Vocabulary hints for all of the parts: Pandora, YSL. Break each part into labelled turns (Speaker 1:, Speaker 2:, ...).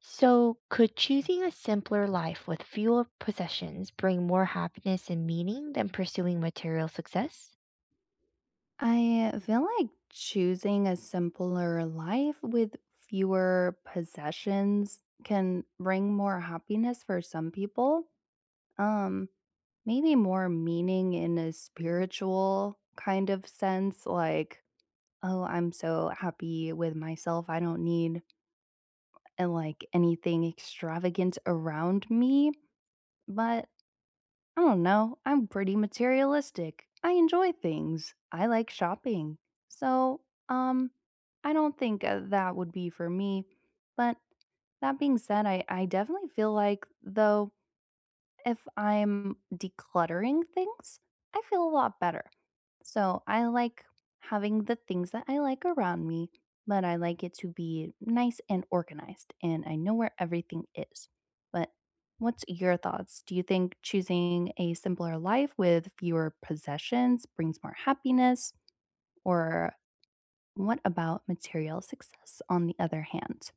Speaker 1: So, could choosing a simpler life with fewer possessions bring more happiness and meaning than pursuing material success?
Speaker 2: I feel like choosing a simpler life with fewer possessions can bring more happiness for some people. Um, Maybe more meaning in a spiritual kind of sense, like, oh, I'm so happy with myself. I don't need like anything extravagant around me. But I don't know. I'm pretty materialistic. I enjoy things. I like shopping. So, um, I don't think that would be for me. But that being said, I definitely feel like, though, if I'm decluttering things, I feel a lot better. So I like having the things that I like around me, but I like it to be nice and organized and I know where everything is. But what's your thoughts? Do you think choosing a simpler life with fewer possessions brings more happiness or what about material success, on the other hand?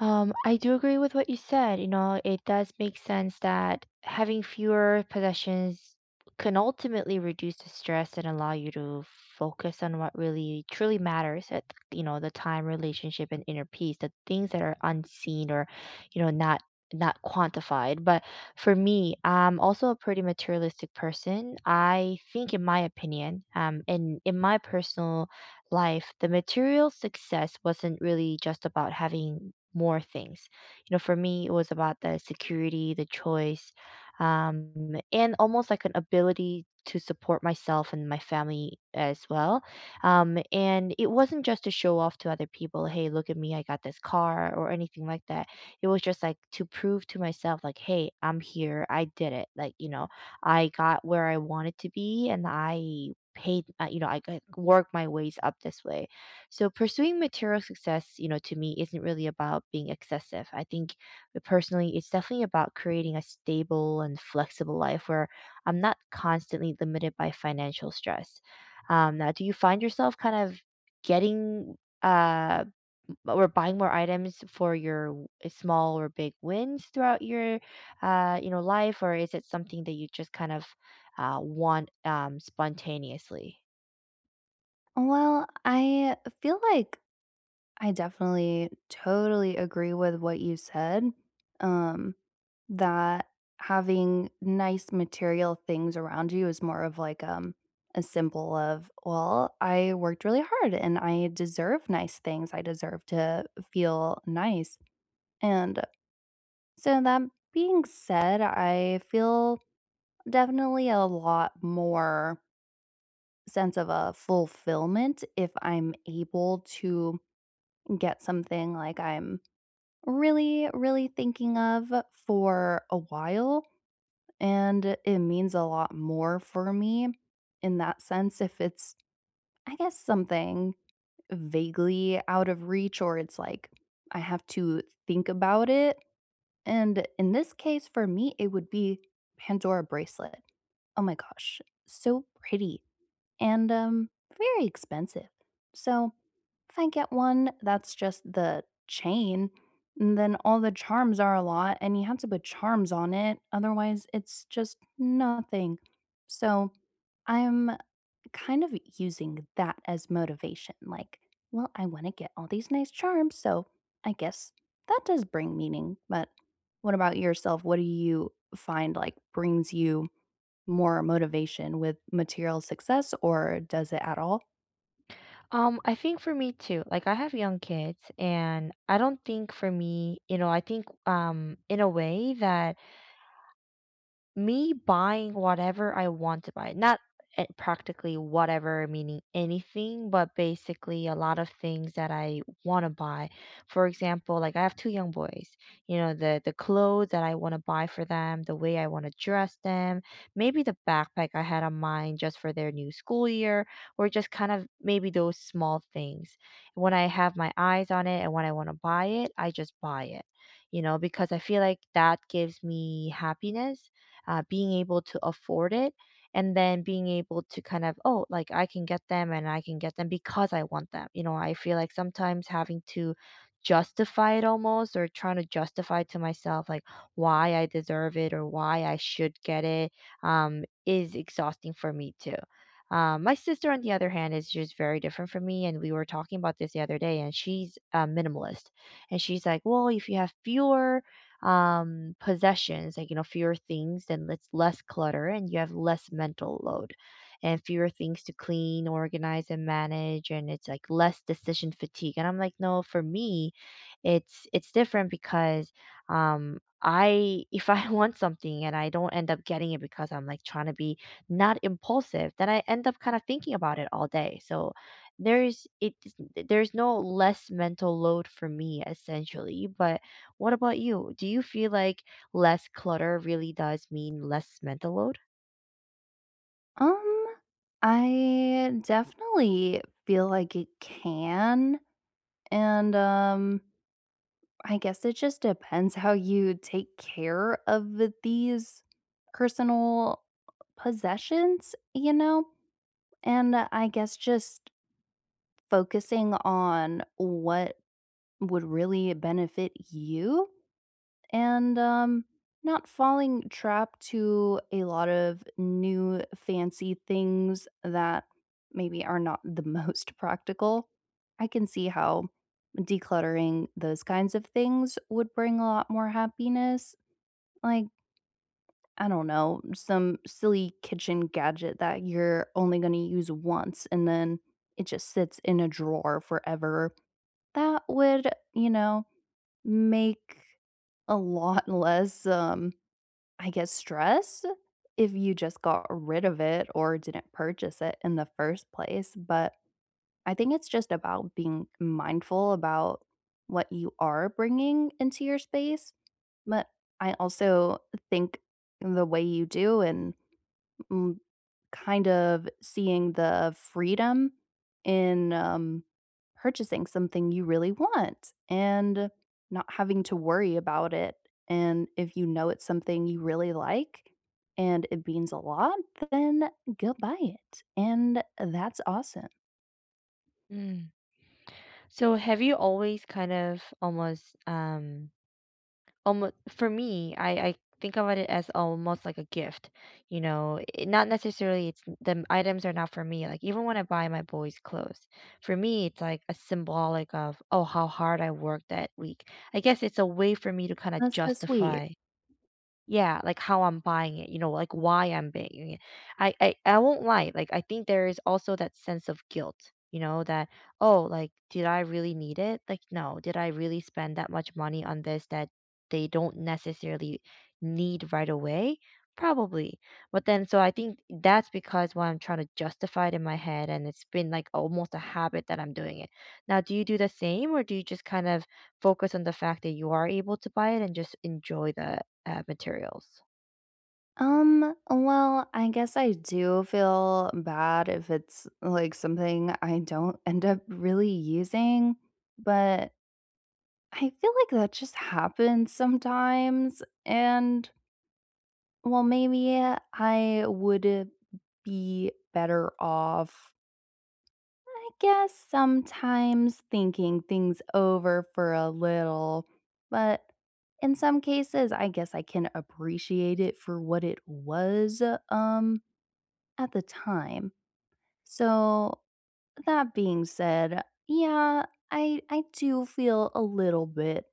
Speaker 1: I do agree with what you said. You know, it does make sense that having fewer possessions can ultimately reduce the stress and allow you to focus on what really truly matters at, you know, the time, relationship, and inner peace, the things that are unseen or, you know, not quantified. But for me, I'm also a pretty materialistic person. I think in my opinion, and in my personal life, the material success wasn't really just about having more things. You know, for me, it was about the security, the choice, and almost like an ability to support myself and my family as well. And it wasn't just to show off to other people, hey, look at me, I got this car or anything like that. It was just like to prove to myself, like, hey, I'm here, I did it. Like, you know, I got where I wanted to be and I paid you know, I could work my ways up this way. So pursuing material success, you know, to me isn't really about being excessive. I think personally it's definitely about creating a stable and flexible life where I'm not constantly limited by financial stress. Now, do you find yourself kind of getting uh but we're buying more items for your small or big wins throughout your you know, life, or is it something that you just kind of want spontaneously?
Speaker 2: Well, I feel like I definitely totally agree with what you said, um, that having nice material things around you is more of like, a symbol of, well, I worked really hard and I deserve nice things. I deserve to feel nice. And so that being said, I feel definitely a lot more sense of a fulfillment if I'm able to get something like I'm really, really thinking of for a while. And it means a lot more for me in that sense if it's, I guess, something vaguely out of reach or it's like I have to think about it. And in this case, for me, it would be Pandora bracelet. Oh my gosh, so pretty and very expensive. So if I get one that's just the chain, then all the charms are a lot and you have to put charms on it. Otherwise, it's just nothing. So I'm kind of using that as motivation. Like, well, I want to get all these nice charms. So I guess that does bring meaning. But what about yourself? What do you find like brings you more motivation with material success or does it at all?
Speaker 1: I think for me too, like I have young kids and I don't think for me, you know, I think in a way that me buying whatever I want to buy. Not practically whatever, meaning anything, but basically a lot of things that I want to buy. For example, like I have two young boys. You know, the clothes that I want to buy for them, the way I want to dress them, maybe the backpack I had on mine just for their new school year, or just kind of maybe those small things. When I have my eyes on it and when I want to buy it, I just buy it. You know, because I feel like that gives me happiness, being able to afford it, and then being able to kind of, oh, like I can get them, and I can get them because I want them. You know, I feel like sometimes having to justify it almost, or trying to justify to myself, like why I deserve it or why I should get it, is exhausting for me too. My sister on the other hand is just very different from me, and we were talking about this the other day, and she's a minimalist, and she's like, well, if you have fewer possessions, like, you know, fewer things, then it's less clutter and you have less mental load and fewer things to clean, organize, and manage. And it's like less decision fatigue. And I'm like, no, for me, it's different because I, if I want something and I don't end up getting it because I'm like trying to be not impulsive, then I end up kind of thinking about it all day. So there's it there's no less mental load for me essentially, but what about you? Do you feel like less clutter really does mean less mental load?
Speaker 2: Um, I definitely feel like it can. And, I guess it just depends how you take care of these personal possessions, you know? And I guess just focusing on what would really benefit you and not falling trap to a lot of new fancy things that maybe are not the most practical. I can see how decluttering those kinds of things would bring a lot more happiness. Like, I don't know, some silly kitchen gadget that you're only going to use once and then it just sits in a drawer forever. That would, you know, make a lot less I guess, stress if you just got rid of it or didn't purchase it in the first place, but I think it's just about being mindful about what you are bringing into your space, but I also think the way you do and mm, kind of seeing the freedom in, purchasing something you really want and not having to worry about it, and if you know it's something you really like and it means a lot, then go buy it, and that's awesome.
Speaker 1: Mm. So have you always kind of almost almost for me, I think about it as almost like a gift. You know, it, not necessarily it's the items are not for me. Like even when I buy my boys clothes, for me it's like a symbolic of, oh, how hard I worked that week. I guess it's a way for me to kind of
Speaker 2: That's so sweet.
Speaker 1: justify. Yeah, like how I'm buying it, you know, like why I'm buying it. I won't lie, like I think there is also that sense of guilt, you know, that, oh, like, did I really need it? Like, no, did I really spend that much money on this that they don't necessarily need right away? Probably. But then so I think that's because when I'm trying to justify it in my head, and it's been like almost a habit that I'm doing it. Now, do you do the same, or do you just kind of focus on the fact that you are able to buy it and just enjoy the materials?
Speaker 2: Well, I guess I do feel bad if it's, like, something I don't end up really using, but I feel like that just happens sometimes, and, well, maybe I would be better off, I guess, sometimes thinking things over for a little, but in some cases, I guess I can appreciate it for what it was, um, at the time. So, that being said, yeah, I do feel a little bit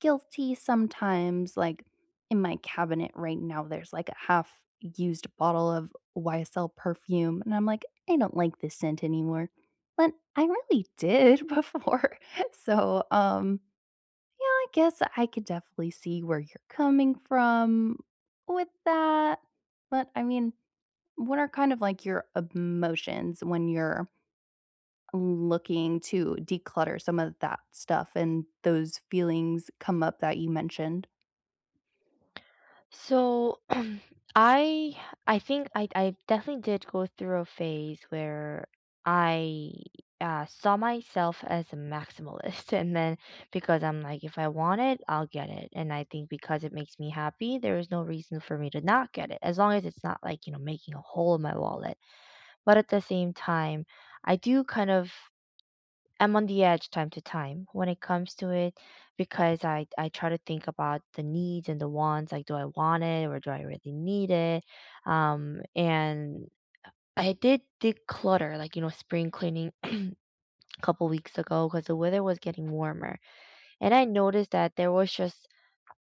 Speaker 2: guilty sometimes, like, in my cabinet right now, there's, like, a half used bottle of YSL perfume, and I'm like, "I don't like this scent anymore," but I really did before. So, yeah, I guess I could definitely see where you're coming from with that, but, I mean, what are kind of, like, your emotions when you're looking to declutter some of that stuff and those feelings come up that you mentioned?
Speaker 1: So I I think I definitely did go through a phase where I saw myself as a maximalist, and then because I'm like, if I want it, I'll get it, and I think because it makes me happy, there is no reason for me to not get it, as long as it's not like, you know, making a hole in my wallet. But at the same time, I do kind of, I'm on the edge time to time when it comes to it because I try to think about the needs and the wants. Like, do I want it or do I really need it? And I did declutter, like, you know, spring cleaning a couple weeks ago because the weather was getting warmer, and I noticed that there was just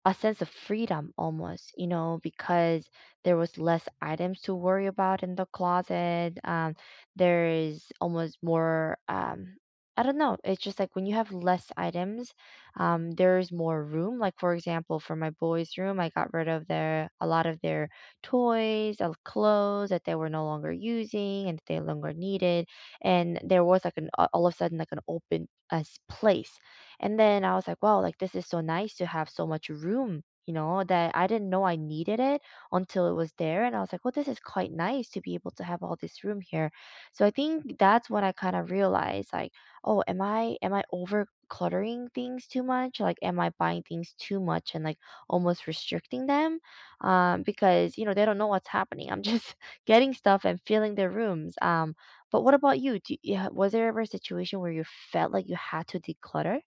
Speaker 1: a sense of freedom almost, you know, because there was less items to worry about in the closet. There is almost more. I don't know. It's just like when you have less items, there's more room. Like for example, for my boys' room, I got rid of their a lot of their toys, clothes that they were no longer using and that they no longer needed, and there was like all of a sudden like an open place, and then I was like, "Wow, like, this is so nice to have so much room," you know, that I didn't know I needed it until it was there, and I was like, "Well, this is quite nice to be able to have all this room here." So I think that's when I kind of realized, like, "Oh, am I over cluttering things too much? Like, am I buying things too much and, like, almost restricting them?" Because, you know, they don't know what's happening. I'm just getting stuff and filling their rooms. But what about you? Do you ha Was there ever a situation where you felt like you had to declutter?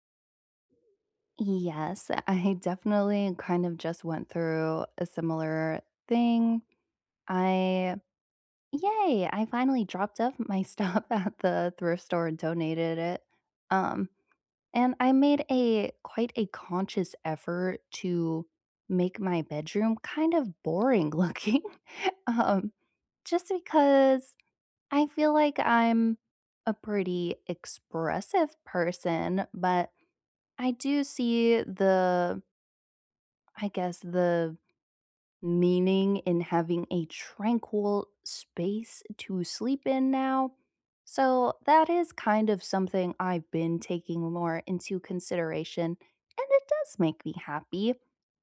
Speaker 2: Yes, I definitely kind of just went through a similar thing. I, yay, I finally dropped off my stuff at the thrift store and donated it. Um, and I made a quite a conscious effort to make my bedroom kind of boring looking. um, just because I feel like I'm a pretty expressive person, but I do see the I guess the meaning in having a tranquil space to sleep in now. So, that is kind of something I've been taking more into consideration, and it does make me happy.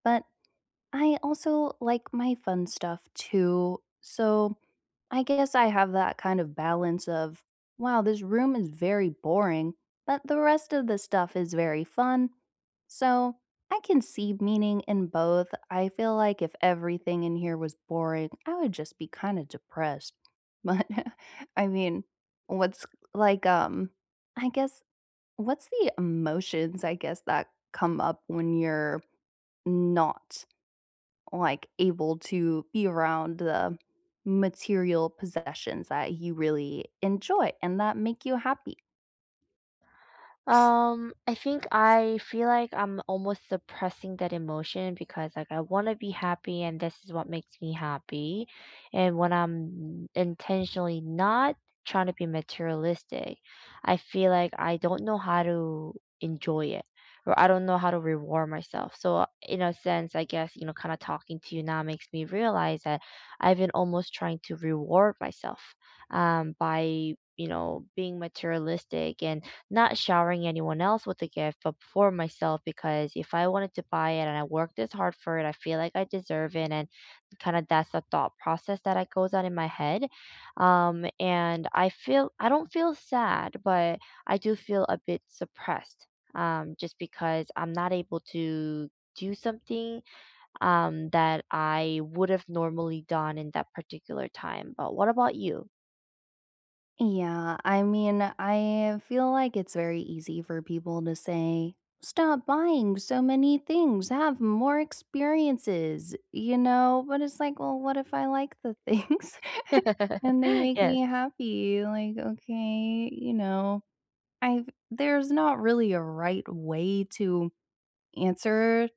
Speaker 2: But I also like my fun stuff too. So I guess I have that kind of balance of, wow, this room is very boring, but the rest of the stuff is very fun. So I can see meaning in both. I feel like if everything in here was boring, I would just be kind of depressed. But I mean, what's like, um, I guess, what's the emotions, I guess, that come up when you're not like, able to be around the material possessions that you really enjoy and that make you happy.
Speaker 1: I think I feel like I'm almost suppressing that emotion because like I want to be happy and this is what makes me happy. And when I'm intentionally not trying to be materialistic, I feel like I don't know how to enjoy it, or I don't know how to reward myself. So in a sense, I guess, you know, kind of talking to you now makes me realize that I've been almost trying to reward myself by, you know, being materialistic and not showering anyone else with the gift, but for myself, because if I wanted to buy it and I worked this hard for it, I feel like I deserve it, and kinda that's the thought process that I goes on in my head. And I don't feel sad, but I do feel a bit suppressed, just because I'm not able to do something, that I would have normally done in that particular time. But what about you?
Speaker 2: Yeah, I mean, I feel like it's very easy for people to say, "Stop buying so many things, have more experiences," you know? But it's like, "Well, what if I like the things and they make me
Speaker 1: Yes.
Speaker 2: happy?" Like, okay, you know, I there's not really a right way to answer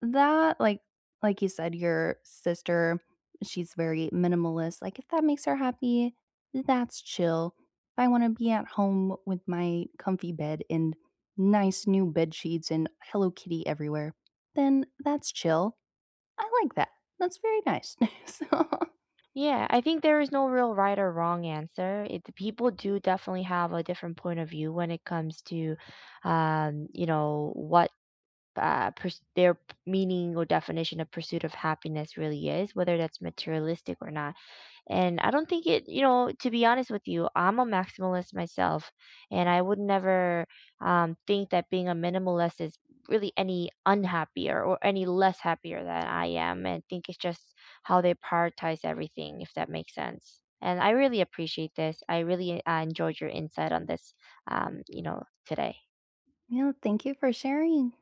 Speaker 2: that, like you said, your sister, she's very minimalist, like, if that makes her happy, that's chill. If I wanna be at home with my comfy bed and nice new bed sheets and Hello Kitty everywhere, then that's chill. I like that. That's very nice. So,
Speaker 1: Yeah, I think there is no real right or wrong answer. It, the people do definitely have a different point of view when it comes to, you know, what uh, pers- their p- meaning or definition of pursuit of happiness really is, whether that's materialistic or not. And I don't think it, you know, to be honest with you, I'm a maximalist myself, and I would never think that being a minimalist is really any unhappier or any less happier than I am. And I think it's just how they prioritize everything, if that makes sense. And I really appreciate this. I really enjoyed your insight on this, you know, today.
Speaker 2: yeah, thank you for sharing.